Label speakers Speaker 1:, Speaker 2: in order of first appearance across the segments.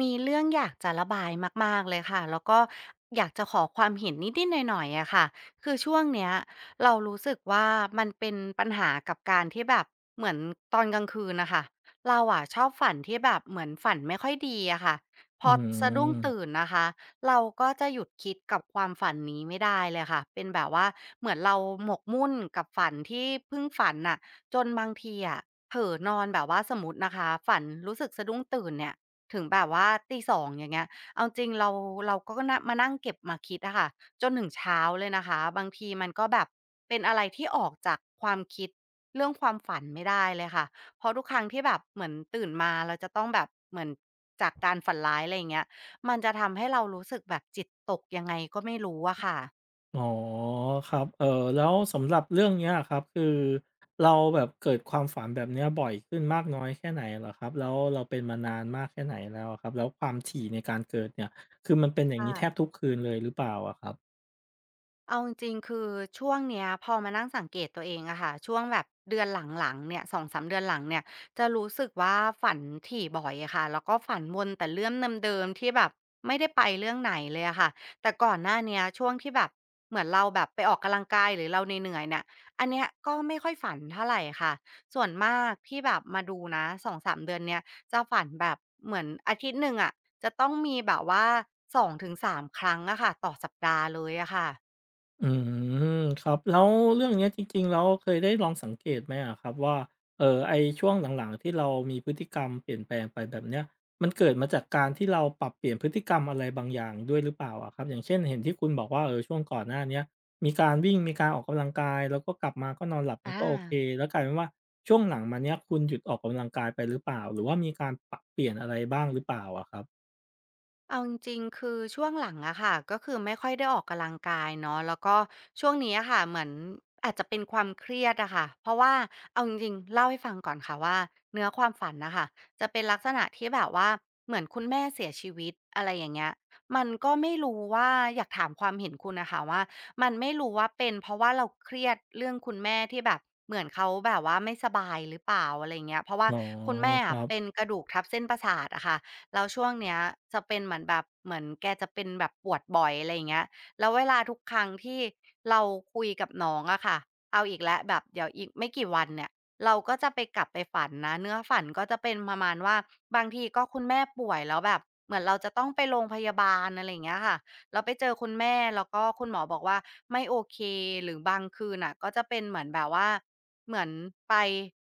Speaker 1: มีเรื่องอยากจะระบายมากๆเลยค่ะแล้วก็อยากจะขอความเห็นนิดๆหน่อยๆอะค่ะคือช่วงเนี้ยเรารู้สึกว่ามันเป็นปัญหากับการที่แบบเหมือนตอนกลางคืนน่ะค่ะเราอะชอบฝันที่แบบเหมือนฝันไม่ค่อยดีอะค่ะพ
Speaker 2: อื
Speaker 1: อสะดุ้งตื่
Speaker 2: ม
Speaker 1: นนะคะเราก็จะหยุดคิดกับความฝันนี้ไม่ได้เลยค่ะเป็นแบบว่าเหมือนเราหมกมุ่นกับฝันที่เพิ่งฝันน่ะจนบางทีอะเผลอนอนแบบว่าสมมุตินะคะฝันรู้สึกสะดุ้งตื่นเนี่ย ถึงแบบว่า2:00องอย่างเงี้ยเอาจริงเราก็นะมานั่งเก็บมาคิดอะค่ะจนถึงเช้าเลยนะคะบางทีมันก็แบบเป็นอะไรที่ออกจากความคิดเรื่องความฝันไม่ได้เลยค่ะเพราะทุกครั้งที่แบบเหมือนตื่นมาเราจะต้องแบบเหมือนจากการฝันร้ายอะไรอย่างเงี้ยมันจะทำให้เรารู้สึกแบบจิตตกยังไงก็ไม่รู้อะค่ะ
Speaker 2: อ๋อครับแล้วสำหรับเรื่องเนี้ยอะครับ คือเราแบบเกิดความฝันแบบเนี้ยบ่อยขึ้นมากน้อยแค่ไหนเหรอครับแล้วเราเป็นมานานมากแค่ไหนแล้วอะครับแล้วความถี่ในการเกิดเนี่ยคือมันเป็นอย่างงี้
Speaker 1: ค่ะ
Speaker 2: แทบทุกคืนเลยหรือเปล่าอะครับ
Speaker 1: เอาจริงๆคือช่วงเนี้ยพอมานั่งสังเกตตัวเองอะค่ะช่วงแบบเดือนหลังๆเนี่ย2-3เดือนหลังเนี่ยจะรู้สึกว่าฝันถี่บ่อยอะค่ะแล้วก็ฝันวนแต่เรื่องเดิมๆที่แบบไม่ได้ไปเรื่องไหนเลยอะค่ะแต่ก่อนหน้าเนี้ยช่วงที่แบบเหมือนเราแบบไปออกกำลังกายหรือเราเหนื่อยๆเนี่ยอันเนี้ยก็ไม่ค่อยฝันเท่าไหรค่ะส่วนมากที่แบบมาดูนะ2มเดือนเนี่ยจะฝันแบบเหมือนอาทิตย์หนึ่งอะจะต้องมีแบบว่า2-3ครั้งอะค่ะต่อสัปดาห์เลยอะค่ะ
Speaker 2: อืมครับแล้วเรื่องเนี้ยจริงๆแล้วเคยได้ลองสังเกตไหมอะครับว่าไอ้ช่วงหลังๆที่เรามีพฤติกรรมเปลี่ยนแปลงไปแบบเนี้ยมันเกิดมาจากการที่เราปรับเปลี่ยนพฤติกรรมอะไรบางอย่างด้วยหรือเปล่าอะครับอย่างเช่นเห็นที่คุณบอกว่าเออช่วงก่อนหน้าเนี้ยมีการวิ่งมีการออกกำลังกายแล้วก็กลับมาก็นอนหลับมัน
Speaker 1: อ่า
Speaker 2: ก็โอเคแล้วกลายเป็นว่าช่วงหลังมาเนี้ยคุณหยุดออกกำลังกายไปหรือเปล่าหรือว่ามีการปรับเปลี่ยนอะไรบ้างหรือเปล่าอะครับ
Speaker 1: เอาจริงๆ คือช่วงหลังอะค่ะก็คือไม่ค่อยได้ออกกำลังกายเนาะแล้วก็ช่วงนี้อะค่ะเหมือนอาจจะเป็นความเครียดอะค่ะเพราะว่าเอาจริงๆเล่าให้ฟังก่อนค่ะว่าเนื้อความฝันนะคะจะเป็นลักษณะที่แบบว่าเหมือนคุณแม่เสียชีวิตอะไรอย่างเงี้ยมันก็ไม่รู้ว่าอยากถามความเห็นคุณนะคะว่ามันไม่รู้ว่าเป็นเพราะว่าเราเครียดเรื่องคุณแม่ที่แบบเหมือนเขาแบบว่าไม่สบายหรือเปล่าอะไรเงี้ยเพราะว่า
Speaker 2: อ๋อ
Speaker 1: คุณแม่
Speaker 2: ค
Speaker 1: อะ
Speaker 2: รับ
Speaker 1: เป็นกระดูกทับเส้นประสาทอะค่ะ แล้วช่วงเนี้ยจะเป็นเหมือนแบบเหมือนแกจะเป็นแบบปวดบ่อยอะไรอย่างเงี้ยแล้วเวลาทุกครั้งที่เราคุยกับน้องอะค่ะเอาอีกแล้วแบบเดี๋ยวอีกไม่กี่วันเนี่ยเราก็จะไปกลับไปฝันนะเนื้อฝันก็จะเป็นประมาณว่าบางทีก็คุณแม่ป่วยแล้วแบบเหมือนเราจะต้องไปโรงพยาบาลอะไรอย่างเงี้ยค่ะแล้วไปเจอคุณแม่แล้วก็คุณหมอบอกว่าไม่โอเคหรือบางคืนน่ะก็จะเป็นเหมือนแบบว่าเหมือนไป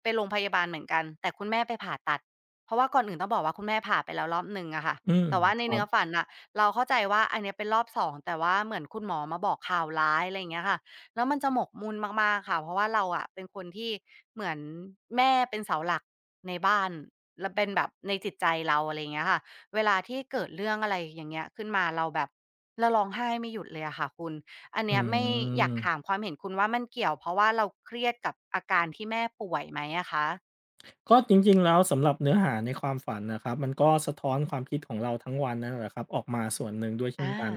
Speaker 1: ไปโรงพยาบาลเหมือนกันแต่คุณแม่ไปผ่าตัด เพราะว่าก่อนอื่นต้องบอกว่าคุณแม่ผ่าไปแล้วรอบหนึ่งอะค่ะ
Speaker 2: อืม
Speaker 1: แต่ว่า
Speaker 2: ค
Speaker 1: ใน
Speaker 2: รั
Speaker 1: เนื้
Speaker 2: บ
Speaker 1: อฝันน่ะเราเข้าใจว่าอันเนี้ยเป็นรอบสองแต่ว่าเหมือนคุณหมอมาบอกข่าวร้ายอะไรอย่างเงี้ยค่ะแล้วมันจะหมกมุ่นมากๆค่ะเพราะว่าเราอะเป็นคนที่เหมือนแม่เป็นเสาหลักในบ้านแล้วเป็นแบบในจิตใจเราอะไรอย่างเงี้ยค่ะเวลาที่เกิดเรื่องอะไรอย่างเงี้ยขึ้นมาเราแบบเราร้องไห้ไม่หยุดเลยอะค่ะคุณอัน
Speaker 2: อื
Speaker 1: เนี้ยไม่อยากถา
Speaker 2: ม
Speaker 1: มความเห็นคุณว่ามันเกี่ยวเพราะว่าเราเครียดกับอาการที่แม่ป่วยไหมอะคะ
Speaker 2: ก็จริงๆแล้วสำหรับเนื้อหาในความฝันนะครับมันก็สะท้อนความคิดของเราทั้งวันนั่นแหละครับออกมาส่วนหนึ่งด้วยเช่น
Speaker 1: อา
Speaker 2: กัน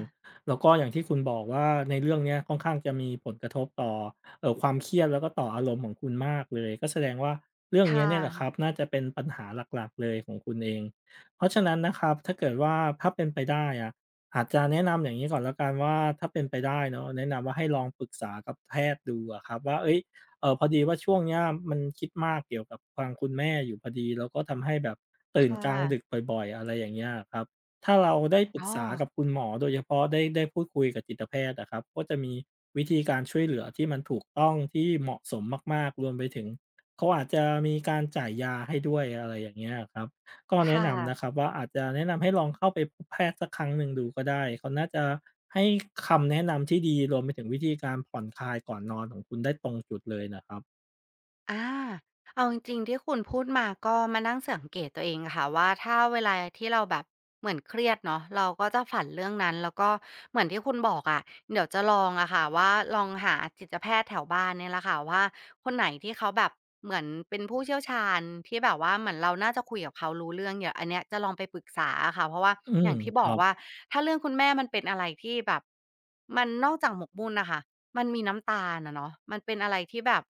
Speaker 2: แล้วก็อย่างที่คุณบอกว่าในเรื่องเนี้ยค่อนข้างจะมีผลกระทบต่อความเครียดแล้วก็ต่ออารมณ์ของคุณมากเลยก็แสดงว่าเรื่อง
Speaker 1: ค
Speaker 2: เนี้ยเนี่ยแหละค
Speaker 1: ่ะ
Speaker 2: รับน่าจะเป็นปัญหาหลักๆเลยของคุณเองเพราะฉะนั้นนะครับถ้าเกิดว่าถ้าเป็นไปได้อะอาจจะแนะนำอย่างงี้ก่อนแล้วกันว่าถ้าเป็นไปได้เนาะแนะนำว่าให้ลองปรึกษากับแพทย์ดูอะครับว่าเฮ้ย เออพอดีว่าช่วงเนี้ยมันคิดมากเกี่ยวกับทางคุณแม่อยู่พอดีแล้วก็ทำให้แบบตื่น
Speaker 1: ค่ะ
Speaker 2: กลางดึกบ่อยๆอะไรอย่างเงี้ยครับถ้าเราได้ปรึ
Speaker 1: อ๋
Speaker 2: ก
Speaker 1: อ
Speaker 2: ษากับคุณหมอโดยเฉพาะได้พูดคุยกับจิตแพทย์อะครับก็จะมีวิธีการช่วยเหลือที่มันถูกต้องที่เหมาะสมมากๆรวมไปถึงเขาอาจจะมีการจ่ายยาให้ด้วยอะไรอย่างเงี้ยครับ ก็แนะ
Speaker 1: ค่ะ
Speaker 2: นำนะครับว่าอาจจะแนะนำให้ลองเข้าไปพบแพทย์สักครั้งหนึ่งดูก็ได้เขาน่าจะให้คำแนะนำที่ดีรวมไปถึงวิธีการผ่อนคลายก่อนนอนของคุณได้ตรงจุดเลยนะครับ
Speaker 1: อาเอาจริงๆที่คุณพูดมาก็มานั่งสังเกตตัวเองค่ะว่าถ้าเวลาที่เราแบบเหมือนเครียดเนาะเราก็จะฝันเรื่องนั้นแล้วก็เหมือนที่คุณบอกอะเดี๋ยวจะลองอะค่ะว่าลองหาจิตแพทย์แถวบ้านเนี่ยแหละค่ะว่าคนไหนที่เขาแบบเหมือนเป็นผู้เชี่ยวชาญที่แบบว่าเหมือนเราน่าจะคุยกับเขารู้เรื่องเดี๋ยวอันเนี้ยจะลองไปปรึกษาอะค่ะเพราะว่า
Speaker 2: อื
Speaker 1: อ
Speaker 2: ม
Speaker 1: ย่างที่
Speaker 2: ค
Speaker 1: บอ
Speaker 2: รั
Speaker 1: ก
Speaker 2: บ
Speaker 1: ว่าถ้าเรื่องคุณแม่มันเป็นอะไรที่แบบมันนอกจากหมกมุ่นนะคะ มันมีน้ำตาลอะเนาะมันเป็นอะไรที่แบบ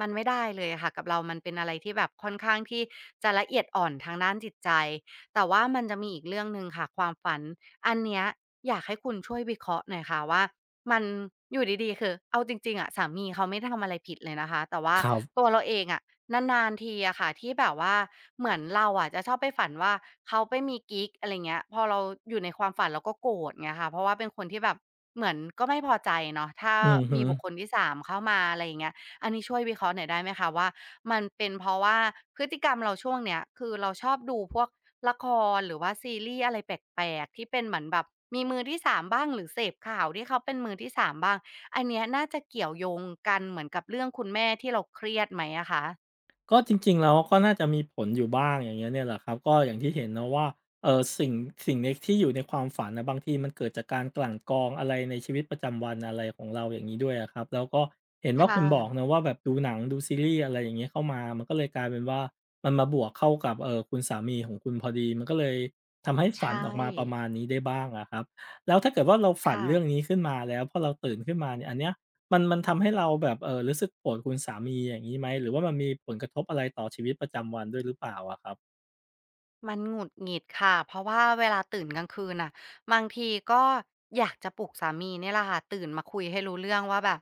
Speaker 1: มันไม่ได้เลยอะค่ะกับเรามันเป็นอะไรที่แบบค่อนข้างที่จะละเอียดอ่อนทางด้านจิตใจแต่ว่ามันจะมีอีกเรื่องหนึ่งค่ะความฝันอันเนี้ยอยากให้คุณช่วยวิเคราะห์หน่อยค่ะว่ามันอยู่ดีๆคือเอาจริงๆอะสามีเขาไม่ได้ทำอะไรผิดเลยนะคะแต่ว่า
Speaker 2: ครั
Speaker 1: ตัว
Speaker 2: บ
Speaker 1: เราเองอะนานๆทีอะค่ะที่แบบว่าเหมือนเราอะจะชอบไปฝันว่าเขาไปมีกิ๊กอะไรเงี้ยพอเราอยู่ในความฝันเราก็โกรธไงคะเพราะว่าเป็นคนที่แบบ เหมือนก็ไม่พอใจเนาะถ้า
Speaker 2: อือฮึ
Speaker 1: มีบุคคลที่3เข้ามาอะไรอย่างเงี้ยอันนี้ช่วยวิเคราะห์หน่อยได้ไหมคะว่ามันเป็นเพราะว่าพฤติกรรมเราช่วงเนี้ยคือเราชอบดูพวกละครหรือว่าซีรีส์อะไรแปลกๆที่เป็นเหมือนแบบมีมือที่3บ้างหรือเสพข่าวที่เขาเป็นมือที่3บ้างอันเนี้ยน่าจะเกี่ยวโยงกันเหมือนกับเรื่องคุณแม่ที่เราเครียดไหมอะคะ
Speaker 2: ก็จริงๆแล้วก็น่าจะมีผลอยู่บ้างอย่างเงี้ยเนี่ยแหละครับก็อย่างที่เห็นเนาะว่าเอ่อสิ่งสิ่งในที่อยู่ในความฝันน่ะบางทีมันเกิดจากการกลั่นกรองอะไรในชีวิตประจำวันอะไรของเราอย่างงี้ด้วยอะครับแล้วก็เห็นว่า
Speaker 1: ค่ะ
Speaker 2: คุณบอกเนาะว่าแบบดูหนังดูซีรีส์อะไรอย่างเงี้ยเข้ามามันก็เลยกลายเป็นว่ามันมาบวกเข้ากับคุณสามีของคุณพอดีมันก็เลยทำให้
Speaker 1: ใช
Speaker 2: ฝันออกมาประ
Speaker 1: ่
Speaker 2: มาณนี้ได้บ้างอะครับแล้วถ้าเกิดว่าเราฝันเรื่อง
Speaker 1: ค่ะ
Speaker 2: นี้ขึ้นมาแล้วพอเราตื่นขึ้นมาเนี่ยอันเนี้ย มันทำให้เราแบบรู้สึกโกรธคุณสามีอย่างงี้ไหมหรือว่ามันมีผลกระทบอะไรต่อชีวิตประจำวันด้วยหรือเปล่าอะครับ
Speaker 1: มันหงุดหงิดค่ะเพราะว่าเวลาตื่นกลางคืนน่ะบางทีก็อยากจะปลุกสามีเนี่ยแหละค่ะตื่นมาคุยให้รู้เรื่องว่าแบบ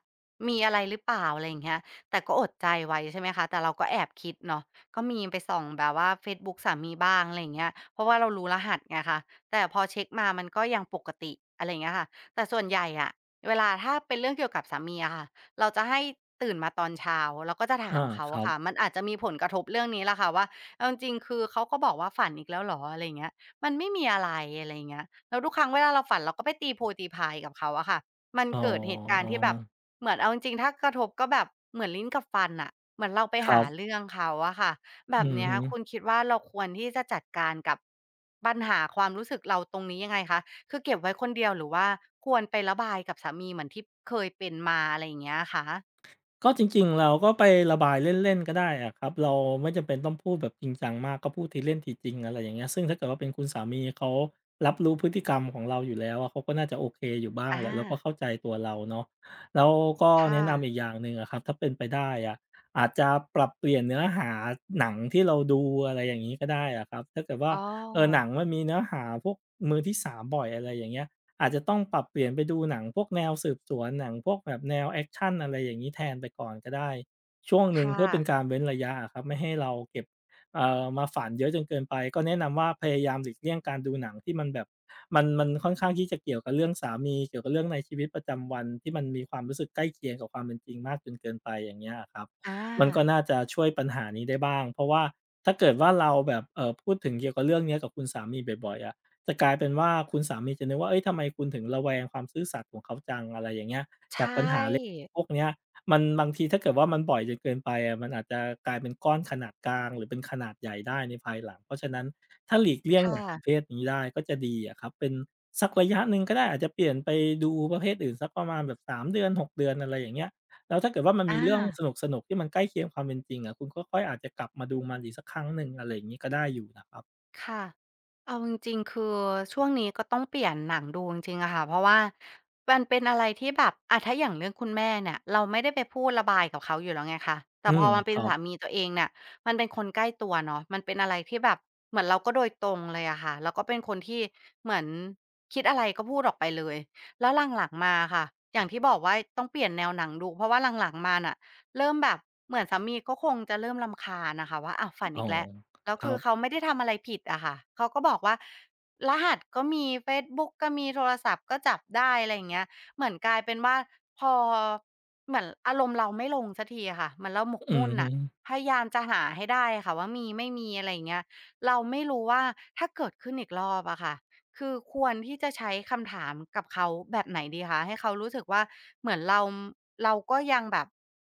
Speaker 1: มีอะไรหรือเปล่าอะไรอย่างเงี้ยแต่ก็อดใจไว้ใช่ไหมคะแต่เราก็แอบคิดเนาะก็มีไปส่องแบบว่าเฟซบุ๊กสามีบ้างอะไรอย่างเงี้ยเพราะว่าเรารู้รหัสไงคะแต่พอเช็กมามันก็ยังปกติอะไรอย่างเงี้ยค่ะแต่ส่วนใหญ่อะเวลาถ้าเป็นเรื่องเกี่ยวกับสามีอะค่ะเราจะให้ตื่นมาตอนเช้าเราก็จะถา
Speaker 2: อา
Speaker 1: มเขา
Speaker 2: ครั
Speaker 1: อะค่ะ
Speaker 2: บ
Speaker 1: มันอาจจะมีผลกระทบเรื่องนี้แหละค่ะว่า เอาจริงๆคือเขาก็บอกว่าฝันอีกแล้วเหรออะไรอย่างเงี้ยมันไม่มีอะไรอะไรอย่างเงี้ยแล้วทุกครั้งเวลาเราฝันเราก็ไปตีโพยตีพายกับเขาอะค่ะมัน
Speaker 2: อ๋
Speaker 1: เกิดเหตุการ
Speaker 2: อ
Speaker 1: ณ์ที่แบบเหมือนเอาจริงๆถ้ากระทบก็แบบเหมือนลิ้นกับฟันน่ะเหมือนเราไป
Speaker 2: ครั
Speaker 1: หา
Speaker 2: บ
Speaker 1: เรื่องเขาอะค่ะแบ
Speaker 2: อื
Speaker 1: บ
Speaker 2: อ
Speaker 1: เนี้ย
Speaker 2: ฮึ
Speaker 1: คุณคิดว่าเราควรที่จะจัดการกับปัญหาความรู้สึกเราตรงนี้ยังไงคะคือเก็บไว้คนเดียวหรือว่าควรไประบายกับสามีเหมือนที่เคยเป็นมาอะไรอย่างเงี้ยอะคะ
Speaker 2: ก็จริงๆ เราก็ไประบายเล่นๆก็ได้อะครับเราไม่จำเป็นต้องพูดแบบจริงจังมากก็พูดทีเล่นทีจริงอะไรอย่างเงี้ยซึ่งถ้าเกิดว่าเป็นคุณสามีเขารับรู้พฤติกรรมของเราอยู่แล้วอะเขาก็น่าจะโอเคอยู่บ้าง
Speaker 1: อา
Speaker 2: แหละแล้วก็เข้าใจตัวเราเนาะแล้วก็
Speaker 1: ค่ะ
Speaker 2: แนะนำอีกอย่างหนึ่งอะครับถ้าเป็นไปได้อะอาจจะปรับเปลี่ยนเนื้อหาหนังที่เราดูอะไรอย่างงี้ก็ได้อะครับถ้าเกิดว่า
Speaker 1: อ๋อ
Speaker 2: เออหนังมันมีเนื้อหาพวกมือที่สามบ่อยอะไรอย่างเงี้ย อาจจะต้องปรับเปลี่ยนไปดูหนังพวกแนวสืบสวนหนังพวกแบบแนวแอกชันอะไรอย่างงี้แทนไปก่อนก็ได้ช่วงหนึ่ง
Speaker 1: ค่ะ
Speaker 2: เพื่อเป็นการเว้นระยะอะครับไม่ให้เราเก็บมาฝันเยอะจนเกินไปก็แนะนำว่าพยายามหลีกเลี่ยงการดูหนังที่มันแบบมันค่อนข้างที่จะเกี่ยวกับเรื่องสามีเกี่ยวกับเรื่องในชีวิตประจำวันที่มันมีความรู้สึกใกล้เคียงกับความเป็นจริงมากจนเกินไปอย่างเงี้ยอะครับ
Speaker 1: อา
Speaker 2: มันก็น่าจะช่วยปัญหานี้ได้บ้างเพราะว่าถ้าเกิดว่าเราแบบพูดถึงเกี่ยวกับเรื่องเนี้ยกับคุณสามีบ่อยๆอะ จะกลายเป็นว่าคุณสามีจะนึกว่าเอ้ยทำไมคุณถึงระแวงความซื่อสัตย์ของเขาจังอะไรอย่างเงี้ยจาก
Speaker 1: ใช่
Speaker 2: ปัญหาเล็กพวกเนี้ยมันบางทีถ้าเกิดว่ามันบ่อยจนเกินไปอะมันอาจจะกลายเป็นก้อนขนาดกลางหรือเป็นขนาดใหญ่ได้ในภายหลังเพราะฉะนั้นถ้าหลีกเลี่ยงหนั
Speaker 1: ค่ะ
Speaker 2: งประเภทนี้ได้ก็จะดีอะครับเป็นสักระยะหนึ่งก็ได้อาจจะเปลี่ยนไปดูประเภทอื่นสักประมาณแบบสามเดือนหกเดือนอะไรอย่างเงี้ยแล้วถ้าเกิดว่ามันมี
Speaker 1: อา
Speaker 2: เรื่องสนุกๆที่มันใกล้เคียงความเป็นจริงอะคุณก็ค่อยอาจจะกลับมาดูมันอีกสักครั้งหนึ่งอะไรอย่างงี้ก็ได้อยู่นะครับ
Speaker 1: ค่ะเอาจริงๆคือช่วงนี้ก็ต้องเปลี่ยนหนังดูจริงๆอะค่ะเพราะว่ามันเป็นอะไรที่แบบอะถ้าอย่างเรื่องคุณแม่เนี่ยเราไม่ได้ไปพูดระบายกับเขาอยู่แล้วไงคะแต่
Speaker 2: อื
Speaker 1: พ
Speaker 2: ม
Speaker 1: อมัน
Speaker 2: ค
Speaker 1: เป็น
Speaker 2: รั
Speaker 1: สา
Speaker 2: บ
Speaker 1: มีตัวเองเนี่ยมันเป็นคนใกล้ตัวเนาะมันเป็นอะไรที่แบบเหมือนเราก็โดยตรงเลยอะค่ะแล้วก็เป็นคนที่เหมือนคิดอะไรก็พูดออกไปเลยแล้วหลังๆมาค่ะอย่างที่บอกว่าต้องเปลี่ยนแนวหนังดูเพราะว่าหลังๆมาน่ะเริ่มแบบเหมือนสามีก็คงจะเริ่มรำคาญน่ะค่ะว่าอ้าวฝัน
Speaker 2: อ๋อ
Speaker 1: อีกแล้ว แล้ว
Speaker 2: ครั
Speaker 1: คือเขา
Speaker 2: บ
Speaker 1: ไม่ได้ทำอะไรผิดอะค่ะเขาก็บอกว่ารหัสก็มีเฟซบุ๊กก็มีโทรศัพท์ก็จับได้อะไรอย่างเงี้ยเหมือนกลายเป็นว่าพอเหมือนอารมณ์เราไม่ลงสักทีอะค่ะเหมือนเราหมก
Speaker 2: อือ
Speaker 1: มุ่น
Speaker 2: ฮึ
Speaker 1: น่ะพยายามจะหาให้ได้อะค่ะว่ามีไม่มีอะไรอย่างเงี้ยเราไม่รู้ว่าถ้าเกิดขึ้นอีกรอบอะค่ะคือควรที่จะใช้คำถามกับเขาแบบไหนดีคะให้เขารู้สึกว่าเหมือนเราเราก็ยังแบบ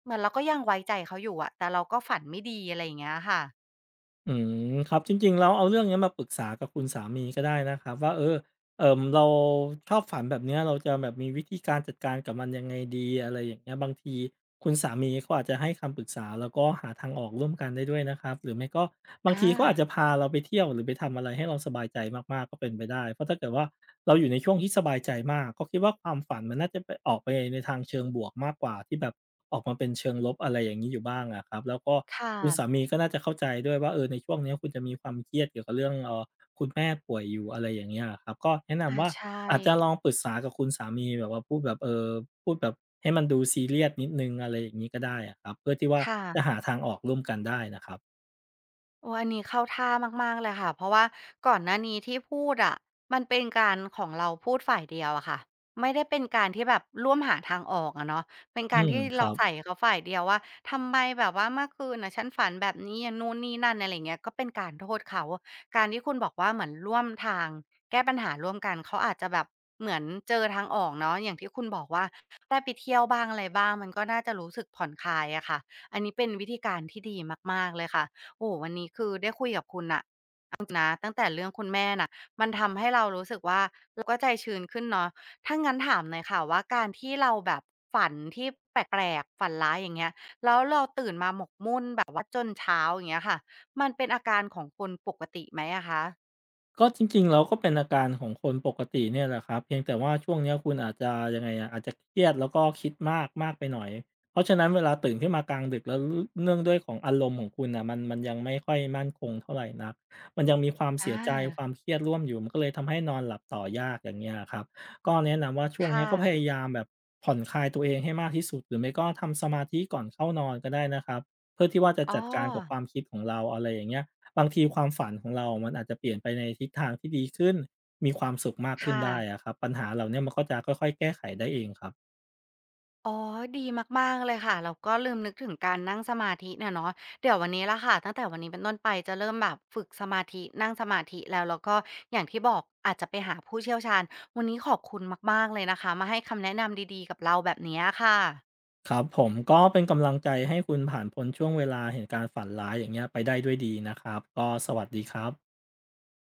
Speaker 1: เหมือนเราก็ยังไว้ใจเขาอยู่อะแต่เราก็ฝันไม่ดีอะไรอย่างเงี้ยค่ะ
Speaker 2: อืม ครับ จริงๆแล้วเอาเรื่องเนี้ยมาปรึกษากับคุณสามีก็ได้นะครับว่าเออ เราชอบฝันแบบเนี้ยเราจะแบบมีวิธีการจัดการกับมันยังไงดีอะไรอย่างเงี้ยบางทีคุณสามีเขาอาจจะให้คำปรึกษาแล้วก็หาทางออกร่วมกันได้ด้วยนะครับหรือไม่ก็บาง
Speaker 1: อา
Speaker 2: ทีเขาอาจจะพาเราไปเที่ยวหรือไปทำอะไรให้เราสบายใจมากๆก็เป็นไปได้เพราะถ้าเกิดว่าเราอยู่ในช่วงที่สบายใจมากก็คิดว่าความฝันมันน่าจะไปออกไปในทางเชิงบวกมากกว่าที่แบบออกมาเป็นเชิงลบอะไรอย่างงี้อยู่บ้างอะครับแล้วก็
Speaker 1: ค่ะ
Speaker 2: คุณสามีก็น่าจะเข้าใจด้วยว่าเออในช่วงเนี้ยคุณจะมีความเครียดเกี่ยวกับเรื่องคุณแม่ป่วยอยู่อะไรอย่างเงี้ยอะครับก็แนะ
Speaker 1: อา
Speaker 2: นำว่า
Speaker 1: ใช่
Speaker 2: อาจจะลองปรึกษากับคุณสามีแบบว่าพูดแบบเออพูดแบบให้มันดูซีเรียสนิดหนึ่งอะไรอย่างงี้ก็ได้อะครับเพื่อที่ว่า
Speaker 1: ค่ะ
Speaker 2: จะหาทางออกร่วมกันได้นะครับ
Speaker 1: โอ้อันนี้เข้าท่ามากๆเลยค่ะ เพราะว่าก่อนหน้านี้ที่พูดอะมันเป็นการของเราพูดฝ่ายเดียวอะค่ะไม่ได้เป็นการที่แบบร่วมหาทางออกอะเนาะเป็น
Speaker 2: อื
Speaker 1: การ
Speaker 2: ม
Speaker 1: ที่
Speaker 2: ค
Speaker 1: เรา
Speaker 2: รับ
Speaker 1: ใส่เขาฝ่ายเดียวว่าทำไมแบบว่าเมื่อคืนน่ะฉันฝันแบบนี้อย่างนู่นนี่นั่นอะไรเงี้ยก็เป็นการโทษเขา การที่คุณบอกว่าเหมือนร่วมทางแก้ปัญหาร่วมกันเขาอาจจะแบบเหมือนเจอทางออกเนาะอย่างที่คุณบอกว่าได้ไปเที่ยวบ้างอะไรบ้างมันก็น่าจะรู้สึกผ่อนคลายอะค่ะอันนี้เป็นวิธีการที่ดีมากๆเลยค่ะ โอ้โฮวันนี้คือได้คุยกับคุณน่ะเอาจริงนะตั้งแต่เรื่องคุณแม่น่ะมันทำให้เรารู้สึกว่าเราก็ใจชื้นขึ้นเนาะถ้างั้นถามหน่อยค่ะว่าการที่เราแบบฝันที่แปลกๆฝันร้ายอย่างเงี้ยเราตื่นมาหมกมุ่นแบบว่าจนเช้าอย่างเงี้ยค่ะมันเป็นอาการของคนปกติไหมอะคะ
Speaker 2: ก็จริงๆแล้วก็เป็นอาการของคนปกติเนี่ยแหละครับเพียงแต่ว่าช่วงเนี้ยคุณอาจจะยังไงอะอาจจะเครียดแล้วก็คิดมากมากไปหน่อยเพราะฉะนั้นเวลาตื่นขึ้นมากลางดึกแล้วเนื่องด้วยของอารมณ์ของคุณน่ะมันยังไม่ค่อยมั่นคงเท่าไหรนักมันยังมีความเสี
Speaker 1: อา
Speaker 2: ยใจความเครียดร่วมอยู่มันก็เลยทำให้นอนหลับต่อยากอย่างเงี้ยครับก็แนะนำว่าช่วงเนี้ย
Speaker 1: ค่ะ
Speaker 2: ก็พยายามแบบผ่อนคลายตัวเองให้มากที่สุดหรือไม่ก็ทำสมาธิก่อนเข้านอนก็ได้นะครับเพื่อที่ว่าจะ
Speaker 1: อ๋อ
Speaker 2: จัดการกับความคิดของเราอะไรอย่างเงี้ย บางทีความฝันของเรามันอาจจะเปลี่ยนไปในทิศทางที่ดีขึ้น มีความสุขมากขึ้น
Speaker 1: ค่ะ
Speaker 2: ได้อะครับ ปัญหาเหล่าเนี้ยมันก็จะค่อยๆแก้ไขได้เองครับ
Speaker 1: อ๋อดีมากๆเลยค่ะเราก็ลืมนึกถึงการนั่งสมาธิเนี่ยเนาะเดี๋ยววันนี้ล่ะค่ะตั้งแต่วันนี้เป็นต้นไปจะเริ่มแบบฝึกสมาธินั่งสมาธิแล้วแล้วก็อย่างที่บอกอาจจะไปหาผู้เชี่ยวชาญ วันนี้ขอบคุณมากๆเลยนะคะมาให้คำแนะนำดีๆกับเราแบบเนี้ยค่ะ
Speaker 2: ครับผมก็เป็นกำลังใจให้คุณผ่านพ้นช่วงเวลาแห่งการฝันร้ายอย่างเงี้ยไปได้ด้วยดีนะครับ ก็สวัสดีครับ